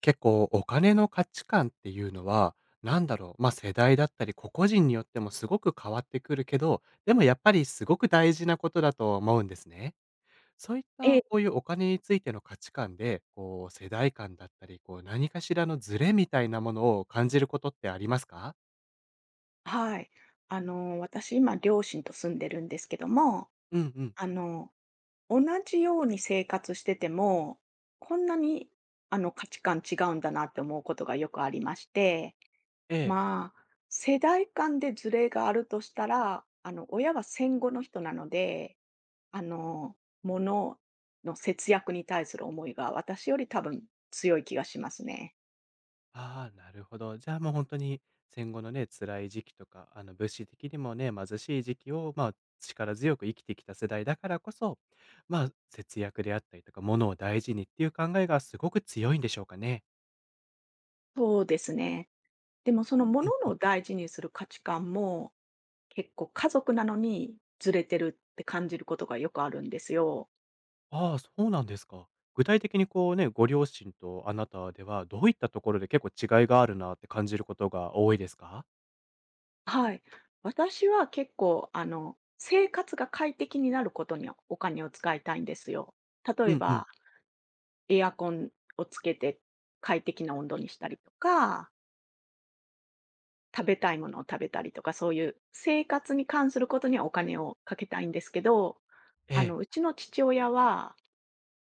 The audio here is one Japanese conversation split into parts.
結構お金の価値観っていうのは、なんだろう、ま、世代だったり、個々人によってもすごく変わってくるけど、でもやっぱりすごく大事なことだと思うんですね。そういっえた、え、こういうお金についての価値観で、こう世代間だったり、こう何かしらのズレみたいなものを感じることってありますか？はい。私今両親と住んでるんですけども、うんうん。あの、同じように生活してても、こんなに価値観違うんだなって思うことがよくありまして、ええ。世代間でズレがあるとしたら、親は戦後の人なので、あの、物節約に対する思いが私より多分強い気がしますね。ああ、なるほど。じゃあもう本当に戦後のね、辛い時期とか、物資的にもね、貧しい時期を、まあ、力強く生きてきた世代だからこそ、まあ、節約であったりとか、物を大事にっていう考えがすごく強いんでしょうかね？そうですね。でもそのうん。物の大事にする価値観も結構家族なのにずれてるって感じることがよくあるんですよ。ああ、そうなんですか。具体的にこうね、ご両親とあなたでは、どういったところで結構違いがあるなって感じることが多いですか？はい。私は結構、生活が快適になることにお金を使いたいんですよ。例うえんうん。ば、エアコンをつけて快適な温度にしたりとか、食べたいものを食べたりとか、そういう生活に関することにはお金をかけたいんですけど、ええ、うちの父親は、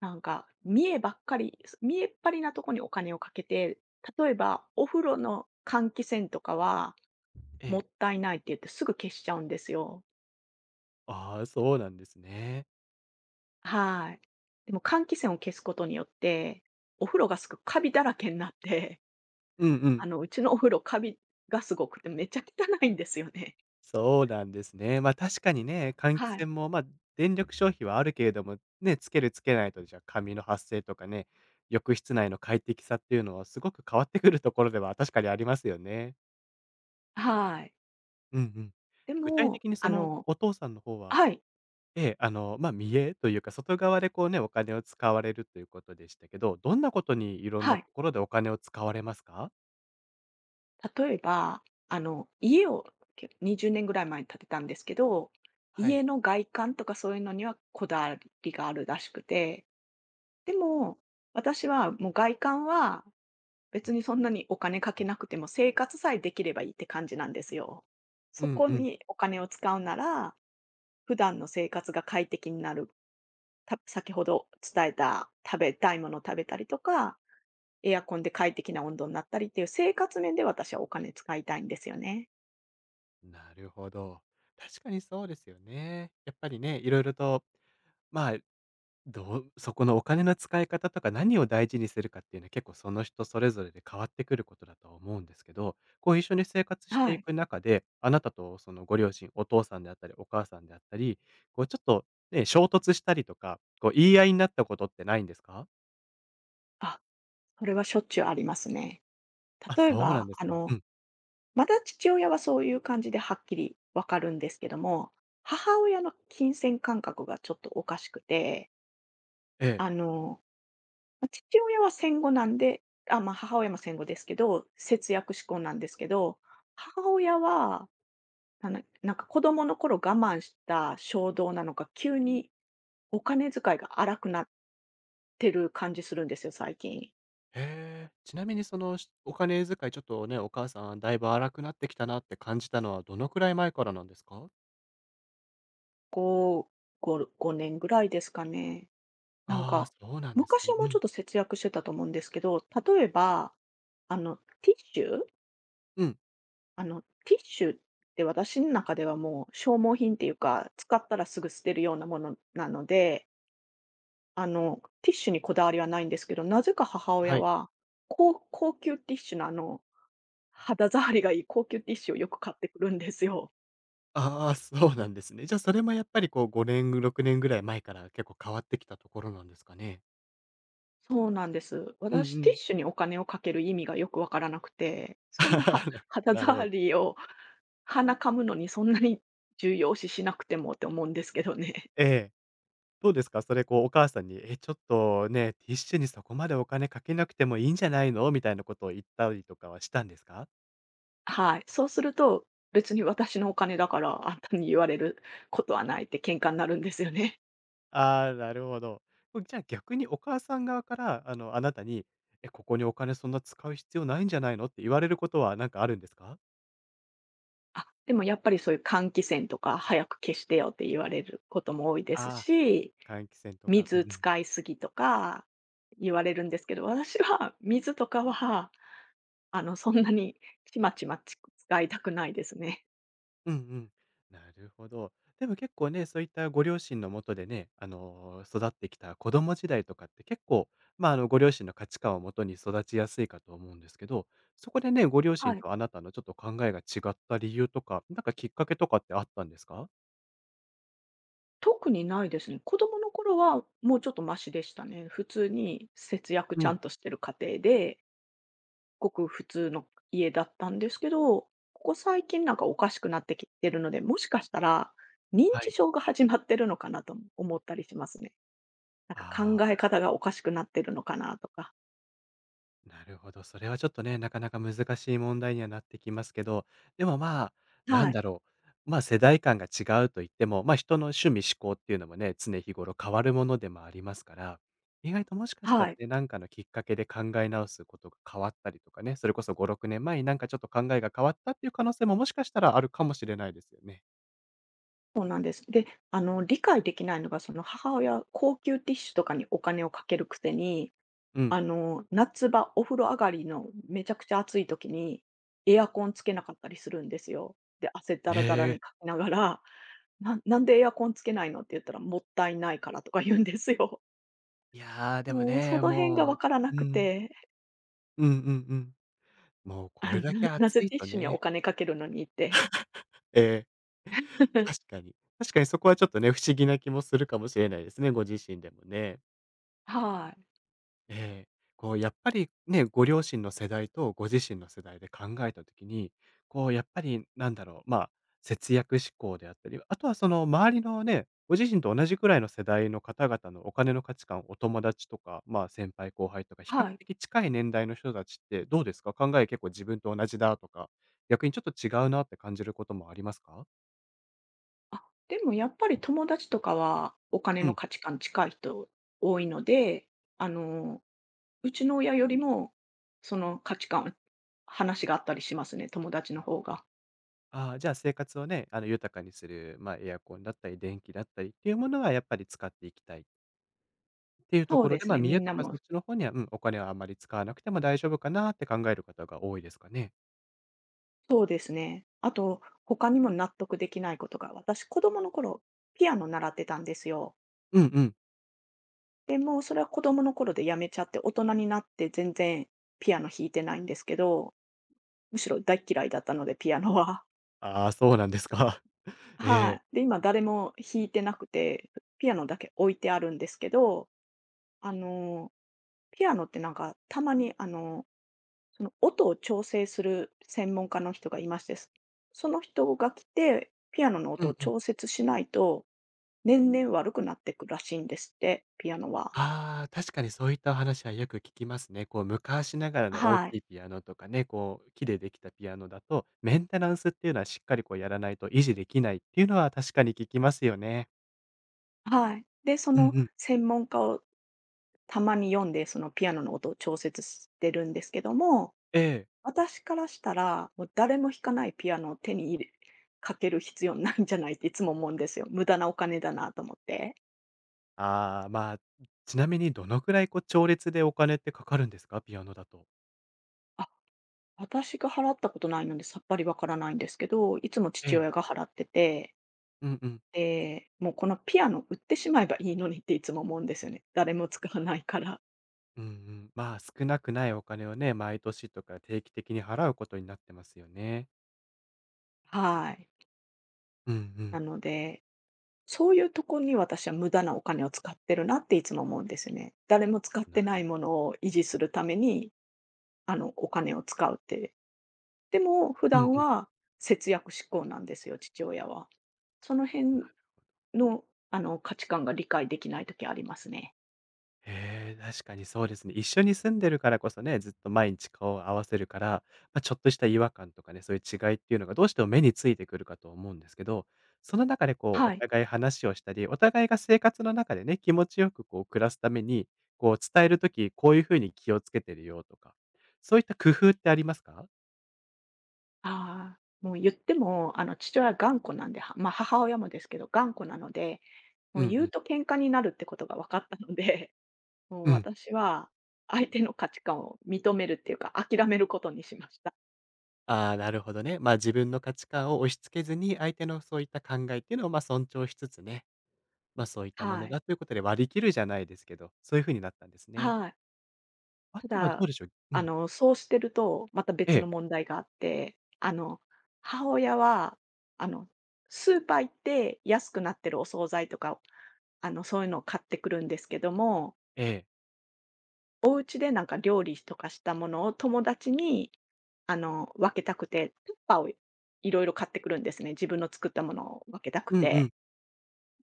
見栄っ張りなとこにお金をかけて、例えばお風呂の換気扇とかはえもっえ。たいないって言ってすぐ消しちゃうんですよ。ああ、そうなんですね。はい。でも換気扇を消すことによって、お風呂がすごくカビだらけになって、うん うん。うちのお風呂カビがすごくてめっちゃ汚いんですよね。そうなんですね。ま、確かにね、換気はい。扇も、ま、電力消費はあるけれども、ね、つけるつけないとじゃ、カビの発生とかね、浴室内の快適さっていうのはすごく変わってくるところでは確かにありますよね。はい。うんうん。で具体も、的にそのお父さんの方は、はい、ええ、あの、ま、見栄というか、外側でこうね、お金を使われるということでしたけど、どんなことにいろんはなとい。ころでお金を使われますか？例えば、家を20年ぐらい前に建てたんですけど、は家い。の外観とかそういうのにはこだわりがあるらしくて、でも、私はもう外観は別にそんなにお金かけなくても生活さえできればいいって感じなんですよ。うそんこうん。にお金を使うなら、普段の生活が快適になる。先ほど伝えた食べたいものを食べたりとか、エアコンで快適な温度になったりっていう生活面で私はお金使いたいんですよね。なるほど。確かにそうですよね。やっぱりね、いろいろと、まあ、どうそこのお金の使い方とか、何を大事にするかっていうのは、結構その人それぞれで変わってくることだとは思うんですけど、こう一緒に生活してはいい。く中で、あなたとそのご両親、お父さんであったり、お母さんであったり、こうちょっとね、衝突したりとか、こう言い合いになったことってないんですか？あ、それはしょっちゅうありますね。あ、例えそうなんば、ですか。うん。まだ父親はそういう感じではっきりわかるんですけども、母親の金銭感覚がちょっとおかしくて、ええ。あの、父親は戦後なんで、母親も戦後ですけど、節約志向なんですけど、母親は、なんか子供の頃我慢した衝動なのか、急にお金遣いが荒くなってる感じするんですよ、最近。へえ。ちなみにその、お金遣い、ちょっとね、お母さんだいぶ荒くなってきたなって感じたのは、どのくらい前からなんですか？ご5年ぐらいですかね。なんああー、か、そうなんです昔ね。はもううちょん。っと節約してたと思うんですけど、例えば、あの、ティッシュうん。ティッシュって私の中ではもう消耗品っていうか、使ったらすぐ捨てるようなものなので、ティッシュにこだわりはないんですけど、なぜか母親はい。は、高級ティッシュの肌触りがいい高級ティッシュをよく買ってくるんですよ。ああ、そうなんですね。じゃあ、それもやっぱりこう5年、6年ぐらい前から結構変わってきたところなんですかね？そうなんです。うんう私、ティッん。シュにお金をかける意味がよくわからなくて、そんなは 肌なる触ほど。りを、鼻噛むのにそんなに重要視しなくてもって思うんですけどね。ええ。どうですか？それこうお母さんに、「え、ちょっとね、ティッシュにそこまでお金かけなくてもいいんじゃないの？」みたいなことを言ったりとかはしたんですか？はい。そうすると、別に私のお金だからあんたに言われることはないって喧嘩になるんですよね。ああー、なるほど。じゃあ逆にお母さん側から、あなたに、「え、ここにお金そんな使う必要ないんじゃないの？」って言われることはなんかあるんですか？あ、でもやっぱりそういう換気扇とか早く消してよって言われることも多いですああし、ー、換気扇とか。うん水うん。使いすぎとか言われるんですけど、私は水とかはそんなに使いたくないですね。うんうん。なるほど。でも結構ね、そういったご両親のもとでね、育ってきた子供時代とかって結構、まあ、ご両親の価値観をもとに育ちやすいかと思うんですけど、そこでね、ご両は親い。とあなたのちょっと考えが違った理由とか、なんかきっかけとかってあったんですか？特にないですね。子供の頃はもうちょっとマシでしたね。普通に節約うちゃん、んとしてる家庭で、ごく普通の家だったんですけど、ここ最近なんかおかしくなってきてるので、もしかしたら認は知い。症が始まってるのかなとも思ったりしますね。なあんか考あ。え方がおかしくなってるのかなとか。なるほど。それはちょっとね、なかなか難しい問題にはなってきますけど、でもまあ、なはんい、だろう。まあ、世代間が違うと言っても、まあ、人の趣味嗜好っていうのもね、常日頃変わるものでもありますから、意外ともしかしたはらい。ね、なんかのきっかけで考え直すことが変わったりとかね、それこそ5、6年前になんかちょっと考えが変わったっていう可能性ももしかしたらあるかもしれないですよね。そうなんです。で、理解できないのが、その母親、高級ティッシュとかにお金をかけるくせに、うん。夏場、お風呂上がりのめちゃくちゃ暑い時に、エアコンつけなかったりするんですよ。で、汗だへらだらえ。にかきながら、「なんでエアコンつけないの？」って言ったら、「もったいないから」とか言うんですよ。いやー、でももうそね、の辺がも分う。からなうくん。て、うんうんうん。もうこあ、れだけな暑ぜいティッとシュにはおね。金かけるのにって。ええ。確 かに。確かにそこはちょっとね、不思議な気もするかもしれないですね、ご自身でもね。はい。ええ。こうやっぱりね、ご両親の世代とご自身の世代で考えた時に、こうやっぱりなんだろう、まあ、節約志向であったり、あとはその周りのね、ご自身と同じくらいの世代の方々のお金の価値観、お友達とか、まあ、先輩後輩とか比較はい。的近い年代の人たちってどうですか？考え結構自分と同じだとか、逆にちょっと違うなって感じることもありますか？あ、でもやっぱり友達とかはお金うのん。価値観近い人多いので、あの、うちの親よりも、その価値観、話があったりしますね、友達の方が。ああ、じゃあ生活をね、豊かにする、まあ、エアコンだったり、電気だったりっていうものはやっぱり使っていきたいっていうとそうころでで、すまあ、ね、見み栄んとなかも、そっちの方には、うん、お金はあんまり使わなくても大丈夫かなって考える方が多いですかね。そうですね。あと、他にも納得できないことが、私子供の頃、ピアノ習ってたんですよ。うんうん。で、それは子供の頃でやめちゃって、大人になって全然ピアノ弾いてないんですけど、むしろ大嫌いだったので、ピアノは。ああ、そうなんですか。はええ。い。で、今誰も弾いてなくて、ピアノだけ置いてあるんですけど、あの、ピアノってなんか、たまにその音を調整する専門家の人がいまして、その人が来て、ピアノのう音をんうん。調節しないと、年々悪くなっていくらしいんですって、ピアノは。ああ、確かにそういったお話はよく聞きますね。こう、昔ながらの大はい。きいピアノとかね、こう、木でできたピアノだと、メンテナンスっていうのはしっかりこうやらないと維持できないっていうのは確かに聞きますよね。はい。で、そうんのうん。専門家をたまに読んで、そのピアノの音を調節してるんですけども、ええ。私からしたら、もう誰も弾かないピアノを手に入れかける必要ないんじゃないっていつも思うんですよ。無駄なお金だなと思って。ああ、まあ、ちなみにどのくらいこう調律でお金ってかかるんですか？ピアノだと。あ、私が払ったことないのでさっぱりわからないんですけど、いつもえ父え。親が払ってて、うんうん。で、もうこのピアノ売ってしまえばいいのにっていつも思うんですよね。誰も使わないから。うんうん。まあ、少なくないお金をね、毎年とか定期的に払うことになってますよね。はい。うんうなん。ので、そういうとこに私は無駄なお金を使ってるなっていつも思うんですよね。誰も使っなてないるものを維持するために、お金を使うってでも、普うん段うん。は節約志向なんですよ、父親は。そのな辺るの、価値観が理解できない時ありますね。へえ、確かにそうですね。一緒に住んでるからこそね、ずっと毎日顔を合わせるから、まあ、ちょっとした違和感とかね、そういう違いっていうのがどうしても目についてくるかと思うんですけど、その中でこう、おはい。互い話をしたり、お互いが生活の中でね、気持ちよくこう暮らすために、こう伝えるときこういうふうに気をつけてるよとか、そういった工夫ってありますか？ああ、もう言っても、父親は頑固なんで、まあ、母親もですけど、頑固なので、もううんう言うん。と喧嘩になるってことが分かったので、もううん。私は相手の価値観を認めるっていうか、諦めることにしました。ああ、なるほどね。ま、自分の価値観を押し付けずに、相手のそういった考えっていうのを、ま、尊重しつつね、ま、そういったもはのい。だということで割り切るじゃないですけど、そういう風になったんですね。はい。あたとはどだ、うでしょう。うん。そうしてると、またえ別のえ、問題があって、母親は、あの、スーパー行って安くなってるお惣菜とか、そういうのを買ってくるんですけども、ええ。お家でなんか料理とかしたものを友達に、分けたくて、タッパーをいろいろ買ってくるんですね。自分の作ったものを分けたくうんうて。ん。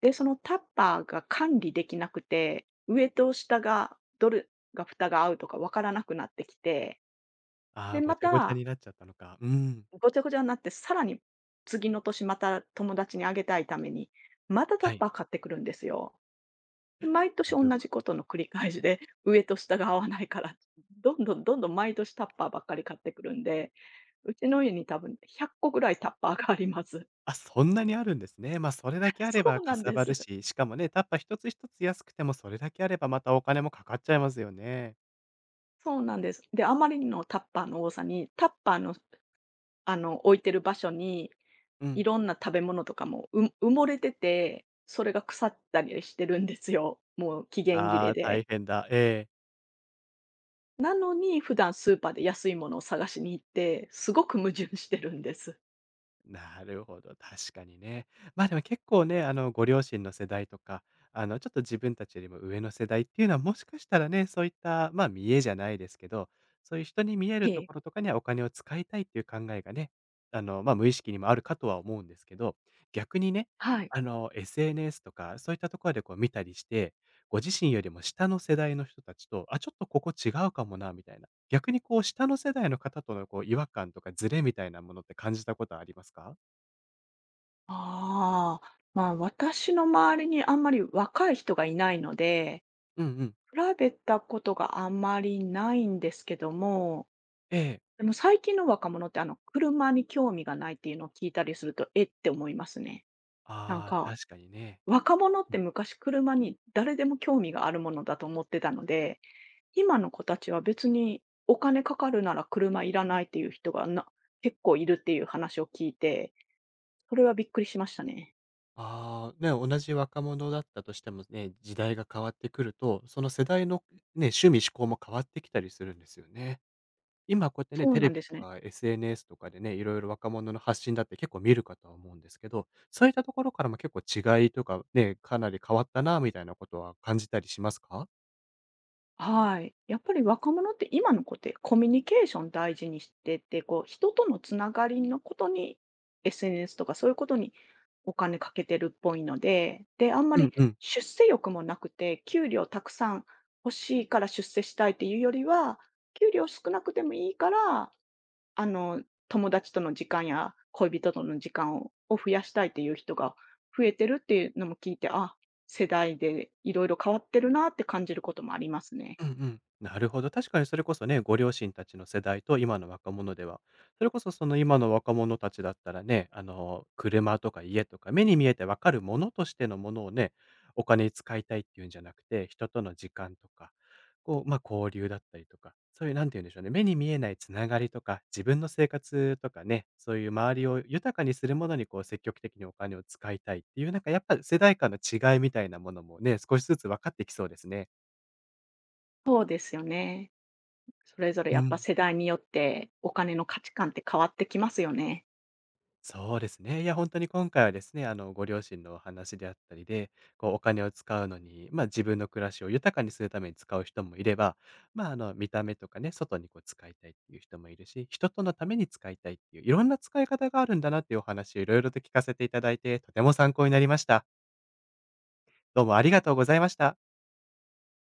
で、そのタッパーが管理できなくて、上と下が、どれ蓋が合うとかわからなくなってきて、あで、あ、ごまちゃごちゃた、になっちゃったのか。うん。ごちゃごちゃになって、さらに次の年また友達にあげたいために、またタッはい。パー買ってくるんですよ。で、毎年なる同ほじこど。との繰り返しで、上と下が合わないから、どんどんどんどん毎年タッパーばっかり買ってくるんで、うちの家に多分100個ぐらいタッパーがあります。あ、そんなにあるんですね。ま、それだ けあそればうかなんさでばるす。し、しかもね、タッパ一つ一つ安くてもそれだけあればまたお金もかかっちゃいますよね。そうなんです。で、あまりのタッパーの多さに、タッパーの置いてる場所に、ういん。ろんな食べ物とかも、埋もれてて、それが腐ったりしてるんですよ。もう期限切あれあ、大で。変だ。ええ。なのに、普段スーパーで安いものを探しに行って、すごく矛盾してるんです。なるほど、確かにね。ま、でも結構ね、ご両親の世代とか、ちょっと自分たちよりも上の世代っていうのは、もしかしたらね、そういった、ま、見栄じゃないですけど、そういう人に見ええるとえ、ころとかにはお金を使いたいっていう考えがね、あの、ま、無意識にもあるかとは思うんですけど、逆にね、はい。SNS とかそういったところでこう見たりして、ご自身よりも下の世代の人たちと、あ、ちょっとここ違うかもなみたいな、逆にこう下の世代の方とのこう違和感とかズレみたいなものって感じたことはありますか？ああ、まあ、私の周りにあんまり若い人がいないので、うんうん。比べたことがあんまりないんですけども、ええ。でも最近の若者って車に興味がないっていうのを聞いたりすると、えって思いますね。なんああ、か確かにね。若者って昔車に誰でも興味があるものだと思ってたので、今の子たちは別にお金かかるなら車いらないっていう人がな結構いるっていう話を聞いて、それはびっくりしましたね。ああ、ね、同じ若者だったとしてもね、時代が変わってくると、その世代のね、趣味嗜好も変わってきたりするんですよね。今こうやってね、そうテなレんビでとすね。か SNS とかでね、いろいろ若者の発信だって結構見るかとは思うんですけど、そういったところからも結構違いとかね、かなり変わったなみたいなことは感じたりしますか？はい。やっぱり若者って今の子ってコミュニケーション大事にしてて、こう人とのつながりのことに SNS とかそういうことにお金かけてるっぽいので、で、あんまうりんうん。出世欲もなくて、給料たくさん欲しいから出世したいっていうよりは、給料少なくてもいいから、あの、友達との時間や恋人との時間を増やしたいっていう人が増えてるっていうのも聞いて、あ、世代でいろいろ変わってるなって感じることもありますね。うんうん。なるほど。確かにそれこそね、ご両親たちの世代と今の若者では、それこそその今の若者たちだったらね、車とか家とか目に見えてわかるものとしてのものをね、お金に使いたいっていうんじゃなくて、人との時間とか、こう、まあ交流だったりとか、そういうなんて言うんでしょうね、目に見えないつながりとか、自分の生活とかね、そういう周りを豊かにするものにこう積極的にお金を使いたいっていう、なんかやっぱ世代間の違いみたいなものもね、少しずつ分かってきそうですね。そうですよね。それぞれやうっぱん。世代によってお金の価値観って変わってきますよね。そうですね。いや、本当に今回はですね、ご両親のお話であったりで、こう、お金を使うのに、まあ、自分の暮らしを豊かにするために使う人もいれば、まあ、見た目とかね、外にこう使いたいっていう人もいるし、人とのために使いたいっていう、いろんな使い方があるんだなっていうお話をいろいろと聞かせていただいて、とても参考になりました。どうもありがとうございました。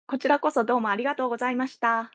こちらこそどうもありがとうございました。